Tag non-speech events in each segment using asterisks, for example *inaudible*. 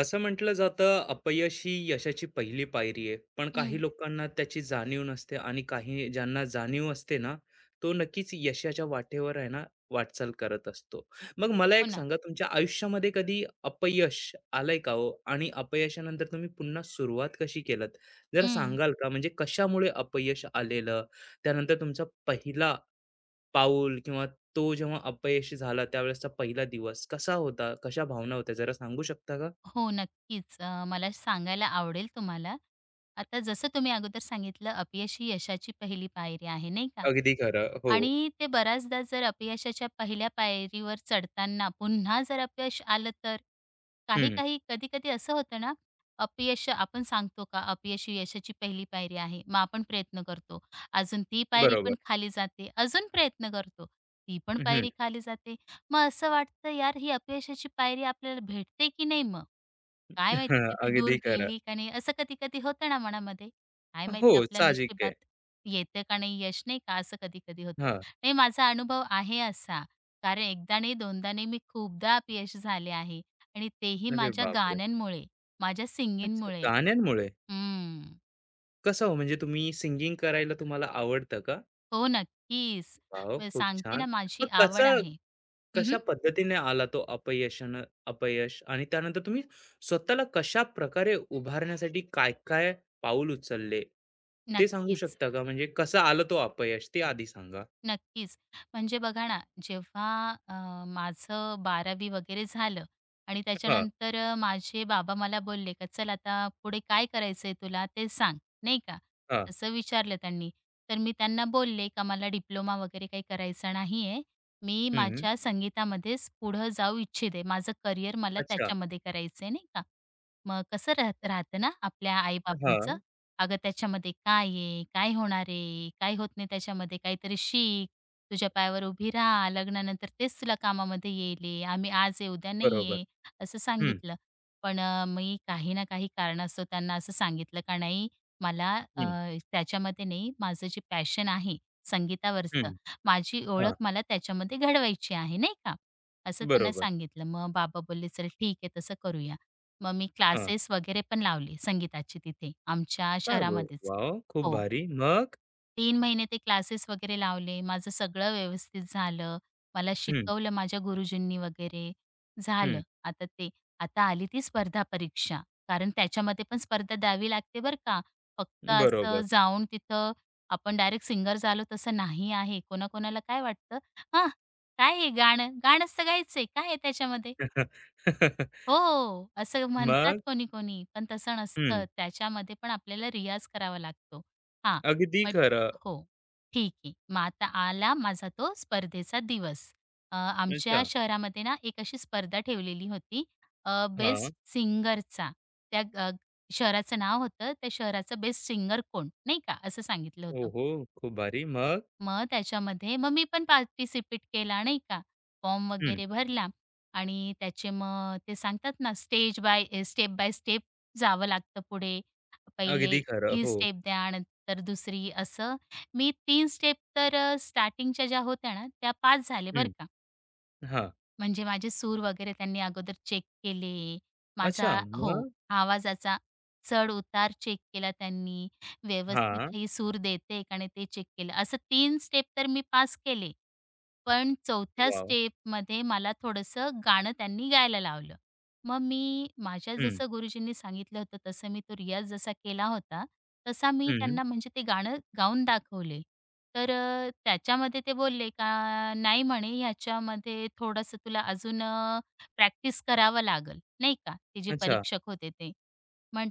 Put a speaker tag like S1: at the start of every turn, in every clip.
S1: असं म्हटलं जातं, अपयश ही यशाची पहिली पायरी आहे. पण काही
S2: हं.
S1: लोकांना त्याची जाणीव नसते आणि काही ज्यांना जाणीव असते ना, तो नक्कीच यशाच्या वाटेवर आहे ना, वाटचाल करत असतो. मग मला
S2: हो
S1: एक
S2: ना.
S1: सांगा, तुमच्या आयुष्यामध्ये कधी अपयश आलंय का हो? आणि अपयशानंतर तुम्ही पुन्हा सुरुवात कशी केलात? जरा
S2: हं.
S1: सांगाल का? म्हणजे कशामुळे अपयश आलेलं, त्यानंतर तुमचा पहिला पाऊल किंवा तो जेव्हा अपयशी झाला त्यावेळेसचा पहिला दिवस कसा होता, कशा भावना होत्या, जरा सांगू शकता?
S2: हो, नक्कीच. मला सांगायला आवडेल तुम्हाला. आता जसं तुम्ही अगोदर सांगितलं, अपयश ही यशाची पहिली पायरी आहे, नाही का?
S1: अगदी खरं. हो.
S2: आणि ते बऱ्याचदा जर अपयशाच्या पहिल्या पायरीवर चढताना पुन्हा जर अपयश आलं तर?
S1: हं.
S2: काही-काही, कधी-कधी असं होतं ना, अपयश आपण सांगतो का, अपयश ही यशाची पहिली पायरी आहे. मग आपण प्रयत्न करतो. अजून ती पायरी
S1: बरोबर.
S2: पण खाली जाते. अजून प्रयत्न करतो. ती पण
S1: हं.
S2: पायरी खाली जाते. मग असं वाटतं, यार, ही अपयशाची पायरी आपल्याला भेटते की नाही मग? काय माहिती
S1: *laughs*
S2: किती दूर
S1: अगदी खरं.
S2: गेली का नाही, असं कधी-कधी होतं ना मनामध्ये. काय
S1: हो,
S2: माहिती आपल्या
S1: साहजिक आहे.
S2: नशिबात येतं का नाही यश, नाही का, असं कधी-कधी होतं.
S1: हां.
S2: नाही माझा अनुभव आहे असा, कारण एकदा नाही दोनदा नाही मी खूपदा अपयशी झाले आहे आणि तेही
S1: अरे
S2: माझ्या
S1: बापरे!
S2: गाण्यांमुळे, माझ्या
S1: अच्छा,
S2: सिंगिंगमुळे.
S1: गाण्यांमुळे?
S2: हं.
S1: कसं हो, म्हणजे तुम्ही सिंगिंग करायला तुम्हाला आवडतं का?
S2: हो, नक्कीच.
S1: वॉव!
S2: मी
S1: खूप
S2: सांगते
S1: छान.
S2: ना माझी
S1: मग
S2: आवड
S1: कसं
S2: आहे. हं,
S1: कशा पद्धतीने आला तो अपयश आणि त्यानंतर तुम्ही स्वतःला कशाप्रकारे उभारण्यासाठी काय-काय पाऊल उचलले? ते सांगू
S2: नक्कीच.
S1: शकता का? म्हणजे कसं आलं तो अपयश, ते आधी सांगा?
S2: नक्कीच. म्हणजे बघा ना, जेव्हा अ, माझं 12वी वगैरे झालं आणि
S1: हां,
S2: त्याच्यानंतर माझे बाबा मला बोलले, "का चल आता पुढे काय करायचंय तुला ते सांग, नाही का?"
S1: हां.
S2: असं विचारलं त्यांनी. तर मी त्यांना बोलले, "का मला डिप्लोमा वगैरे काही करायचा नाहीये. मी
S1: हं.
S2: माझ्या संगीतामध्येच पुढं जाऊ इच्छिते. माझं करिअर मला
S1: अच्छा.
S2: त्याच्यामध्ये करायचंय," नाही का? मग कसं राहत राहतं ना आपल्या आई-बाबांचं,
S1: हां,
S2: "अगं, त्याच्यामध्ये काय आहे? काय होणार आहे? काय होत नाही त्याच्यामध्ये? काहीतरी शिक. तुझ्या पायावर उभी राहा. लग्नानंतर तेच तुला कामामध्ये येईल आहे. आम्ही आज आहे, उद्या नाही
S1: बरोबर.
S2: आहे," असं सांगितलं. पण मी काही ना काही कारणास्तव त्यांना असं सांगितलं का नाही, मला
S1: हं,
S2: त्याच्यामध्ये नाही, माझं जे पॅशन आहे संगीतावरचं,
S1: हं.
S2: माझी
S1: हां,
S2: ओळख मला त्याच्यामध्ये घडवायची आहे, नाही का? असं त्यांना
S1: बरोबर.
S2: सांगितलं. मग बाबा बोलले, "चल ठीक आहे, तसं करूया." मग मी
S1: हां.
S2: क्लासेस वगैरे पण लावले संगीताचे तिथे आमच्या
S1: काय ब
S2: शहरामध्येच.
S1: वॉव! खूप
S2: हो.
S1: भारी. मग?
S2: तीन महिने ते क्लासेस वगैरे लावले. माझं सगळं व्यवस्थित झालं. मला
S1: हं,
S2: शिकवलं माझ्या गुरुजींनी वगैरे. झालं.
S1: हं.
S2: आता ते आता आली ती स्पर्धा परीक्षा. कारण त्याच्यामध्ये पण स्पर्धा द्यावी लागते बरं का. फक्त असं
S1: बरोबर.
S2: जाऊन तिथं आपण डायरेक्ट सिंगर झालो तसं नाही आहे. कोणाकोणाला काय वाटतं, "हां, काय आहे गाणं? गाणंच तर गायचंय. काय आहे त्याच्यामध्ये?"
S1: *laughs*
S2: हो, असं म्हणतात
S1: मग?
S2: कोणी-कोणी, पण तसं
S1: हं.
S2: नसतं. त्याच्यामध्ये पण आपल्याला रियाज करावा लागतो. हां,
S1: अगदी
S2: बट
S1: खरं.
S2: हो, ठीक आहे. मग आता आला माझा तो स्पर्धेचा दिवस. आमच्या
S1: अच्छा.
S2: शहरामध्ये ना एक अशी स्पर्धा ठेवलेली होती
S1: हां.
S2: बेस्ट सिंगरचा. त्या शहराचं नाव होतं, त्या शहराचं बेस्ट सिंगर कोण, नाही का, असं सांगितलं होतं.
S1: ओहो! खूप भारी. मग?
S2: मग त्याच्यामध्ये मग मी पण पार्टिसिपेट केला नाही का, फॉर्म
S1: हं.
S2: वगैरे भरला आणि त्याचे मग ते सांगतात ना stage by step by step जावं लागतं पुढे. पहिले
S1: अगदी खरं.
S2: ही
S1: हो.
S2: स्टेप द्या, नंतर दुसरी असं. मी तीन स्टेप तर स्टार्टिंगच्या ज्या होत्या ना त्या पास झाले बरं
S1: हं.
S2: का.
S1: हां.
S2: म्हणजे माझे सूर वगैरे त्यांनी अगोदर चेक केले.
S1: अच्छा.
S2: माझा हो,
S1: मग?
S2: आवाजाचा चढ-उतार चेक केला त्यांनी. व्यवस्थित
S1: हां.
S2: ही सूर देते का नाही ते चेक केलं. असं तीन स्टेप तर मी पास केले. पण चौथ्या
S1: वॉव!
S2: स्टेपमध्ये मला थोडंसं गाणं त्यांनी गायला लावलं. मग मी माझ्या
S1: हं,
S2: जसं गुरुजींनी सांगितलं होतं तसं मी तो रियाज जसा केला होता, तसा मी
S1: हं.
S2: त्यांना म्हणजे ते गाणं गाऊन दाखवले. तर त्याच्यामध्ये ते बोलले का "नाही म्हणे ह्याच्यामध्ये थोडंसं तुला अजून प्रॅक्टिस करावं लागेल." नाही का, ते जे
S1: अच्छा.
S2: परीक्षक होते ते.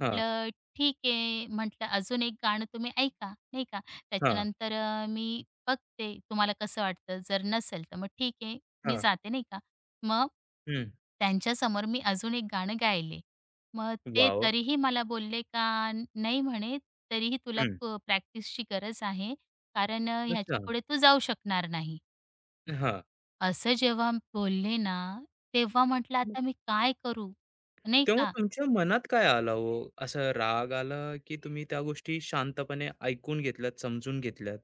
S1: हां,
S2: ठीक आहे, म्हटलं अजून एक गाणं तुम्ही ऐका, नाही का.
S1: हां,
S2: त्याच्यानंतर मी बघते तुम्हाला कसं वाटतं, जर नसेल तर मग ठीक आहे, मी
S1: हां.
S2: जाते, नाही का. मग
S1: हं.
S2: त्यांच्यासमोर मी अजून एक गाणं गायले. मग ते
S1: वॉव!
S2: तरीही मला बोलले का "नाही," म्हणे, "तरीही तुला
S1: हं.
S2: प्रॅक्टिसची गरज आहे, कारण
S1: अच्छा.
S2: ह्याच्यापुढे तू जाऊ शकणार नाही."
S1: हां.
S2: असं जेव्हा बोलले ना, तेव्हा म्हटलं आता मी काय करू, नाही
S1: तेव्हा
S2: का.
S1: तुमच्या मनात काय आलं हो? असं राग आला, की तुम्ही त्या गोष्टी शांतपणे ऐकून घेतल्यात, समजून घेतल्यात?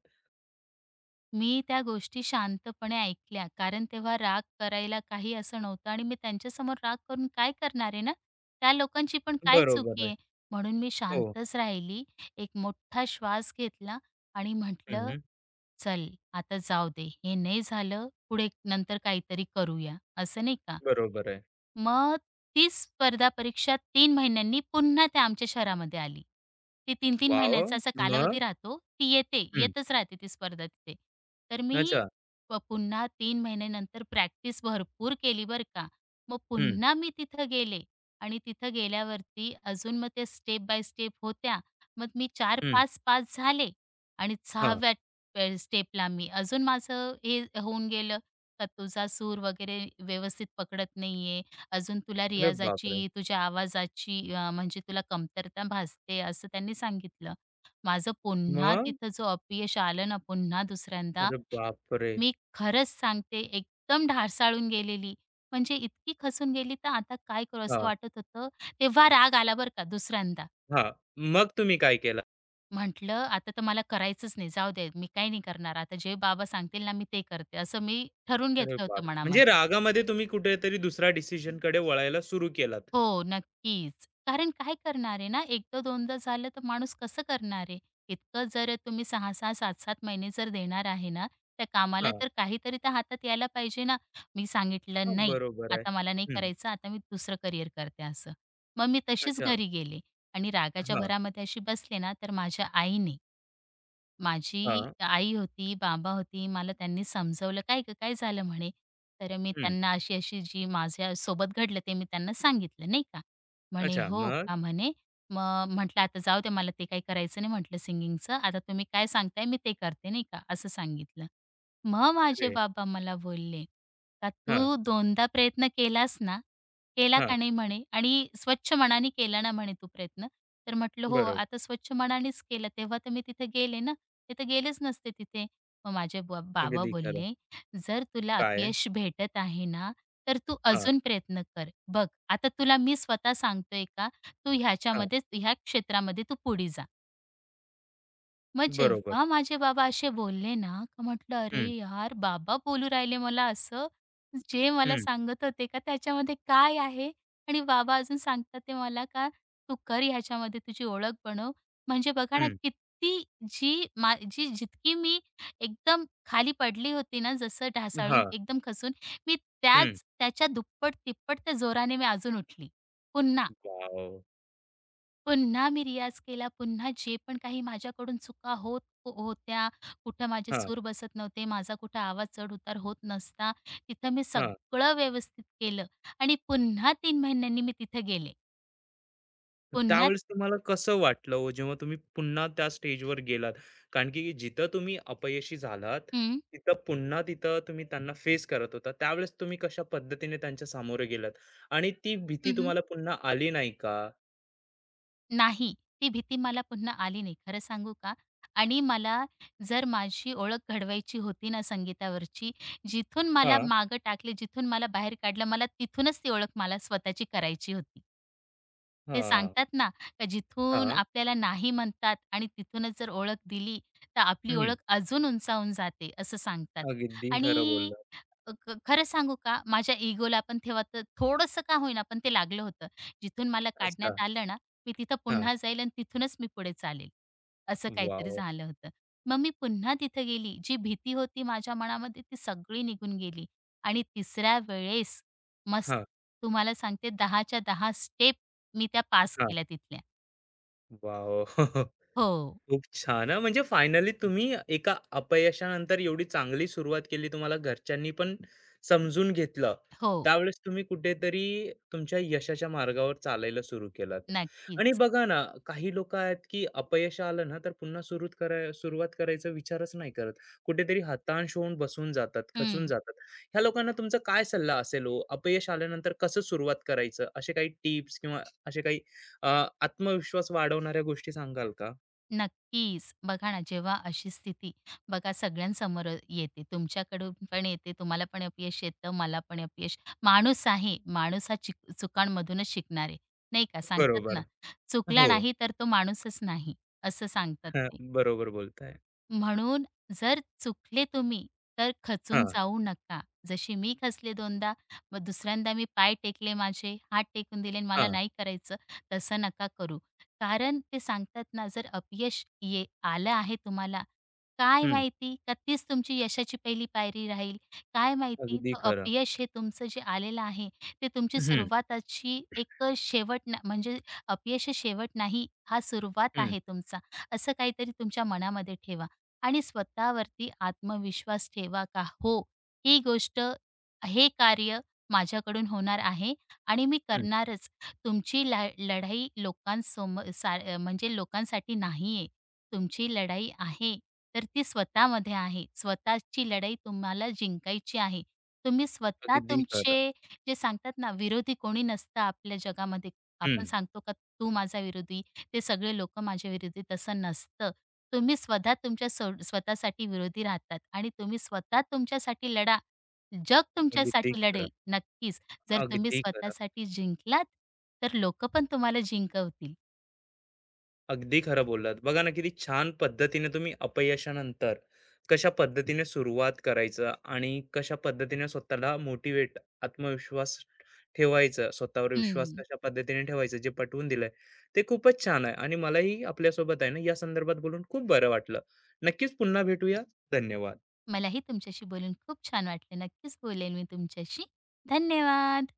S2: मी त्या गोष्टी शांतपणे ऐकल्या, कारण तेव्हा राग करायला काही असं नव्हतं आणि मी त्यांच्यासमोर राग करून काय करणार आहे ना? त्या लोकांची पण काय
S1: बरोबर
S2: चुकी
S1: आहे.
S2: आहे? म्हणून मी
S1: हो.
S2: शांतच राहिली. एक मोठा श्वास घेतला आणि
S1: हं,
S2: म्हटलं,
S1: हं.
S2: "चल, आता जाऊ दे. हे नाही झालं, पुढे नंतर काहीतरी करूया." असं नाही का?
S1: बरोबर आहे.
S2: मग ती स्पर्धा परीक्षा 3 महिन्यांनी पुन्हा त्या आमच्या शहरामध्ये आली. ती 3-3
S1: वाव!
S2: महिन्याचा असा
S1: मग?
S2: कालावधी राहतो. ती येते,
S1: हं.
S2: येतच राहते ती स्पर्धा तिथे. तर मी
S1: अच्छा.
S2: पुन्हा 3 महिन्यानंतर प्रॅक्टिस भरपूर केली बरं का. मग
S1: हं,
S2: पुन्हा मी तिथं गेले आणि तिथं गेल्यावरती अजून मग ते स्टेप बाय स्टेप होत्या. मग मी
S1: हं.
S2: 4-5 पास झाले आणि
S1: हां.
S2: 6व्या स्टेपला मी अजून माझं हे होऊन गेलं, का तुझा सूर वगैरे व्यवस्थित पकडत नाहीये, अजून तुला
S1: अरे
S2: रियाजाची,
S1: बापरे!
S2: तुझ्या आवाजाची म्हणजे तुला कमतरता भासते असं त्यांनी सांगितलं. माझं पुन्हा
S1: मग?
S2: तिथं जो अपयश आलं ना पुन्हा दुसऱ्यांदा,
S1: अरे बापरे!
S2: मी खरंच सांगते एकदम ढासाळून गेलेली. म्हणजे इतकी खचून गेली तर आता काय करू असं
S1: हां,
S2: वाटत होतं. तेव्हा राग आला बरं का दुसऱ्यांदा.
S1: हां. मग तुम्ही काय केलं?
S2: म्हटलं आता तर मला करायचंच नाही. जाऊ दे मी काही नाही करणार. आता जे बाबा सांगतील ना मी ते करते. असं मी ठरवून
S1: अरे
S2: घेतलं होतं
S1: बापरे! म्हणजे
S2: मनामध्ये.
S1: रागामध्ये तुम्ही कुठेतरी दुसऱ्या डिसिजनकडे वळायला सुरू केलात.
S2: हो, नक्कीच. कारण काय करणार आहे ना, एकदा दोनदा झालं तर माणूस कसं करणार आहे? इतकं जर तुम्ही 6-6, 7-7 महिने जर देणार आहे ना, त्या कामाला
S1: हां.
S2: तर काहीतरी तर हातात यायला पाहिजे ना. मी
S1: हां,
S2: सांगितलं, "नाही,
S1: बरोबर आहे.
S2: आता मला नाही
S1: हं.
S2: करायचं, आता मी दुसरं करिअर करते," असं. मग मी तशीच
S1: अच्छा.
S2: घरी गेले आणि रागाच्या
S1: हां,
S2: भरामध्ये अशी बसले ना, तर माझ्या आईने माझी
S1: हां.
S2: आई होती, बाबा होती. मला त्यांनी समजवलं, "काय गं, काय झालं?" म्हणे. तर मी
S1: हं.
S2: त्यांना अशी-अशी जी माझ्यासोबत घडलं ते मी त्यांना सांगितलं, नाही का. म्हणे,
S1: अच्छा.
S2: "हो
S1: मग?
S2: का?" म्हणे. मग म्हटलं, "आता जाऊ द्या, मला ते काही करायचं नाही," म्हटलं, "सिंगिंगचं. आता तुम्ही काय सांगताय मी ते करते," नाही का, असं सांगितलं. मग माझे
S1: अरे!
S2: बाबा मला बोलले, "का
S1: हां,
S2: तू दोनदा प्रयत्न केलास ना? केला
S1: हां.
S2: का नाही?" म्हणे "आणि स्वच्छ मनाने केला ना?" म्हणे "तू प्रयत्न." तर म्हटलं, "हो,
S1: बरोबर.
S2: आता स्वच्छ मनानेच केला. तेव्हा तर मी तिथे गेले ना, मी तर गेलेच नसते तिथे." मग माझे बाबा
S1: अगदी खरं.
S2: बोलले, "जर तुला
S1: काय?
S2: अपयश भेटत आहे ना, तर तू
S1: हां,
S2: अजून प्रयत्न कर. बघ, आता तुला मी स्वतः सांगतोय का, तू
S1: हां.
S2: ह्याच्यामध्ये ह्या क्षेत्रामध्ये तू पुढे जा." मग
S1: बरोबर.
S2: जेव्हा माझे बाबा असे बोलले ना, का म्हटलं, "अरे
S1: हं,
S2: यार, बाबा बोलू राहिले मला असं, जे मला
S1: हं,
S2: सांगत होते का त्याच्यामध्ये काय आहे?" आणि बाबा अजून सांगतात ते मला का, "तू कर ह्याच्यामध्ये तुझी ओळख बनव." म्हणजे बघा ना,
S1: हं.
S2: किती जी मा जी जितकी मी एकदम खाली पडली होती ना, जसं ढासाळून
S1: हां,
S2: एकदम खचून, मी
S1: हं.
S2: त्याच त्याच्या दुप्पट-तिप्पट त्या जोराने मी अजून उठली, पुन्हा.
S1: वॉव!
S2: पुन्हा मी रियाज केला. पुन्हा जे पण काही माझ्याकडून चुका होत होत्या, कुठं माझे
S1: हां,
S2: सूर बसत नव्हते, माझा कुठं आवाज चढ-उतार होत नसता, तिथं मी
S1: हां.
S2: सगळं व्यवस्थित केलं आणि पुन्हा 3 महिन्यांनी मी तिथं गेले. पुन्हा
S1: त्यावेळेस तुम्हाला कसं वाटलं हो, जेव्हा तुम्ही पुन्हा त्या स्टेजवर गेलात? कारण की जिथं तुम्ही अपयशी झालात, तिथं पुन्हा तिथं तुम्ही त्यांना फेस करत होता. त्यावेळेस तुम्ही कशा पद्धतीने त्यांच्या सामोरे गेलात? आणि ती भीती
S2: हं, हं.
S1: तुम्हाला पुन्हा आली नाही का?
S2: नाही, ती भीती मला पुन्हा आली नाही. खरं सांगू का? आणि मला जर माझी ओळख घडवायची होती ना संगीतावरची, जिथून मला
S1: हां,
S2: मागं टाकले, जिथून मला बाहेर काढलं, मला तिथूनच ती ओळख मला स्वतःची करायची होती. ते
S1: हां,
S2: सांगतात ना, का जिथून
S1: हां.
S2: आपल्याला नाही म्हणतात आणि तिथूनच जर ओळख दिली, तर आपली
S1: हं.
S2: ओळख अजून उंचावून जाते, असं सांगतात.
S1: अगदी खरं
S2: आणि
S1: बोललात.
S2: खरं सांगू का? माझ्या इगोला पण तेव्हा तर थोडंसं का होईना, पण ते लागलं होतं. जिथून मला
S1: अच्छा.
S2: काढण्यात आलं ना, मी तिथं
S1: हां.
S2: पुन्हा जाईल आणि तिथूनच मी पुढे चालेल. असं काहीतरी
S1: वॉव!
S2: झालं होतं. मग मी पुन्हा तिथं गेली. जी भीती होती माझ्या मनामध्ये ती सगळी निघून गेली आणि तिसऱ्या वेळेस मस्त
S1: हां,
S2: तुम्हाला सांगते 10च्या 10 स्टेप मी त्या पास केल्या तिथल्या.
S1: वॉव! *laughs*
S2: हो,
S1: खूप छान हां. म्हणजे फायनली तुम्ही एका अपयशानंतर एवढी चांगली सुरुवात केली. तुम्हाला घरच्यांनी पण समजून घेतलं.
S2: हो.
S1: त्यावेळेस तुम्ही कुठेतरी तुमच्या यशाच्या मार्गावर चालायला सुरू केलात. आणि
S2: नक्कीच.
S1: बघा ना, काही लोकं आहेत, की अपयश आलं ना, तर पुन्हा सुरू कराय सुरुवात करायचा विचारच नाही करत. कुठेतरी हताश होऊन बसून जातात, खचून
S2: हं.
S1: जातात. ह्या लोकांना तुमचा काय सल्ला असेल हो? अपयश आल्यानंतर कसं सुरुवात करायचं? असे काही टिप्स किंवा असे काही अ, आत्मविश्वास वाढवणाऱ्या गोष्टी सांगाल का?
S2: नक्कीच. बघा ना, जेव्हा अशी स्थिती बघा सगळ्यांसमोर येते. तुमच्याकडून पण येते, तुम्हाला पण अपयश येतं, मला पण अपयश. माणूस आहे, माणूस हा चुकांमधूनच शिकणार आहे, नाही का? सांगतात ना,
S1: बरोबर.
S2: चुकला
S1: हो.
S2: नाही तर तो माणूसच नाही, असं सांगतात
S1: हां,
S2: ते.
S1: बरोबर बोलताय.
S2: म्हणून जर चुकले तुम्ही, तर खचून
S1: हां,
S2: जाऊ नका. जशी मी खचले 2दा, मग दुसऱ्यांदा मी पाय टेकले माझे, हात टेकून दिले आणि मला
S1: हां.
S2: नाही करायचं, तसं नका करू. कारण ते सांगतात ना, जर अपयश आलं आहे तुम्हाला, काय
S1: हं.
S2: माहिती का तीच तुमची यशाची पहिली पायरी राहील. काय माहिती
S1: अगदी
S2: तो
S1: खरं.
S2: अपयश हे तुमचं जे आलेलं आहे, ते तुमची
S1: हं,
S2: सुरुवाताची एक शेवट ना म्हणजे अपयश हे शेवट नाही, हा सुरुवात
S1: हं,
S2: आहे तुमचा, असं काहीतरी तुमच्या मनामध्ये ठेवा. आणि स्वतःवरती आत्मविश्वास ठेवा का हो, ही गोष्ट, हे कार्य माझ्याकडून होणार आहे आणि मी
S1: हं.
S2: करणारच. तुमची लढाई म्हणजे लोकांसाठी नाही आहे. तुमची लढाई आहे, तर ती स्वतःमध्ये आहे. स्वतःची लढाई तुम्हाला जिंकायची आहे. तुम्ही स्वतः
S1: अगदी खरं.
S2: तुमचे जे सांगतात ना, विरोधी कोणी नसतं आपल्या जगामध्ये.
S1: हं.
S2: आपण सांगतो का, "तू माझा विरोधी, ते सगळे लोक माझ्या विरोधी तसं नसतं. तुम्ही स्वतः तुमच्या स्वतःसाठी विरोधी राहतात आणि तुम्ही स्वतः तुमच्यासाठी लढा. जग
S1: अगदी
S2: तुमच्यासाठी
S1: खरं.
S2: लढेल नक्कीच. जर तुम्ही
S1: अगदी खरं.
S2: स्वतःसाठी जिंकलात, तर लोकं पण तुम्हाला जिंकवतील.
S1: अगदी खरं बोललात. बघा ना, किती छान पद्धतीने तुम्ही अपयशानंतर कशा पद्धतीने सुरुवात करायचं आणि कशा पद्धतीने स्वतःला मोटिव्हेट, आत्मविश्वास ठेवायचं, स्वतःवर विश्वास
S2: हं.
S1: कशा पद्धतीने ठेवायचं जे पटवून दिलंय, ते खूपच छान आहे. आणि मलाही आपल्यासोबत आहे ना, या संदर्भात बोलून खूप बरं वाटलं. नक्कीच पुन्हा भेटूया. धन्यवाद.
S2: मलाही तुमच्याशी बोलून खूप छान वाटलं. नक्कीच बोलेल मी तुमच्याशी. धन्यवाद.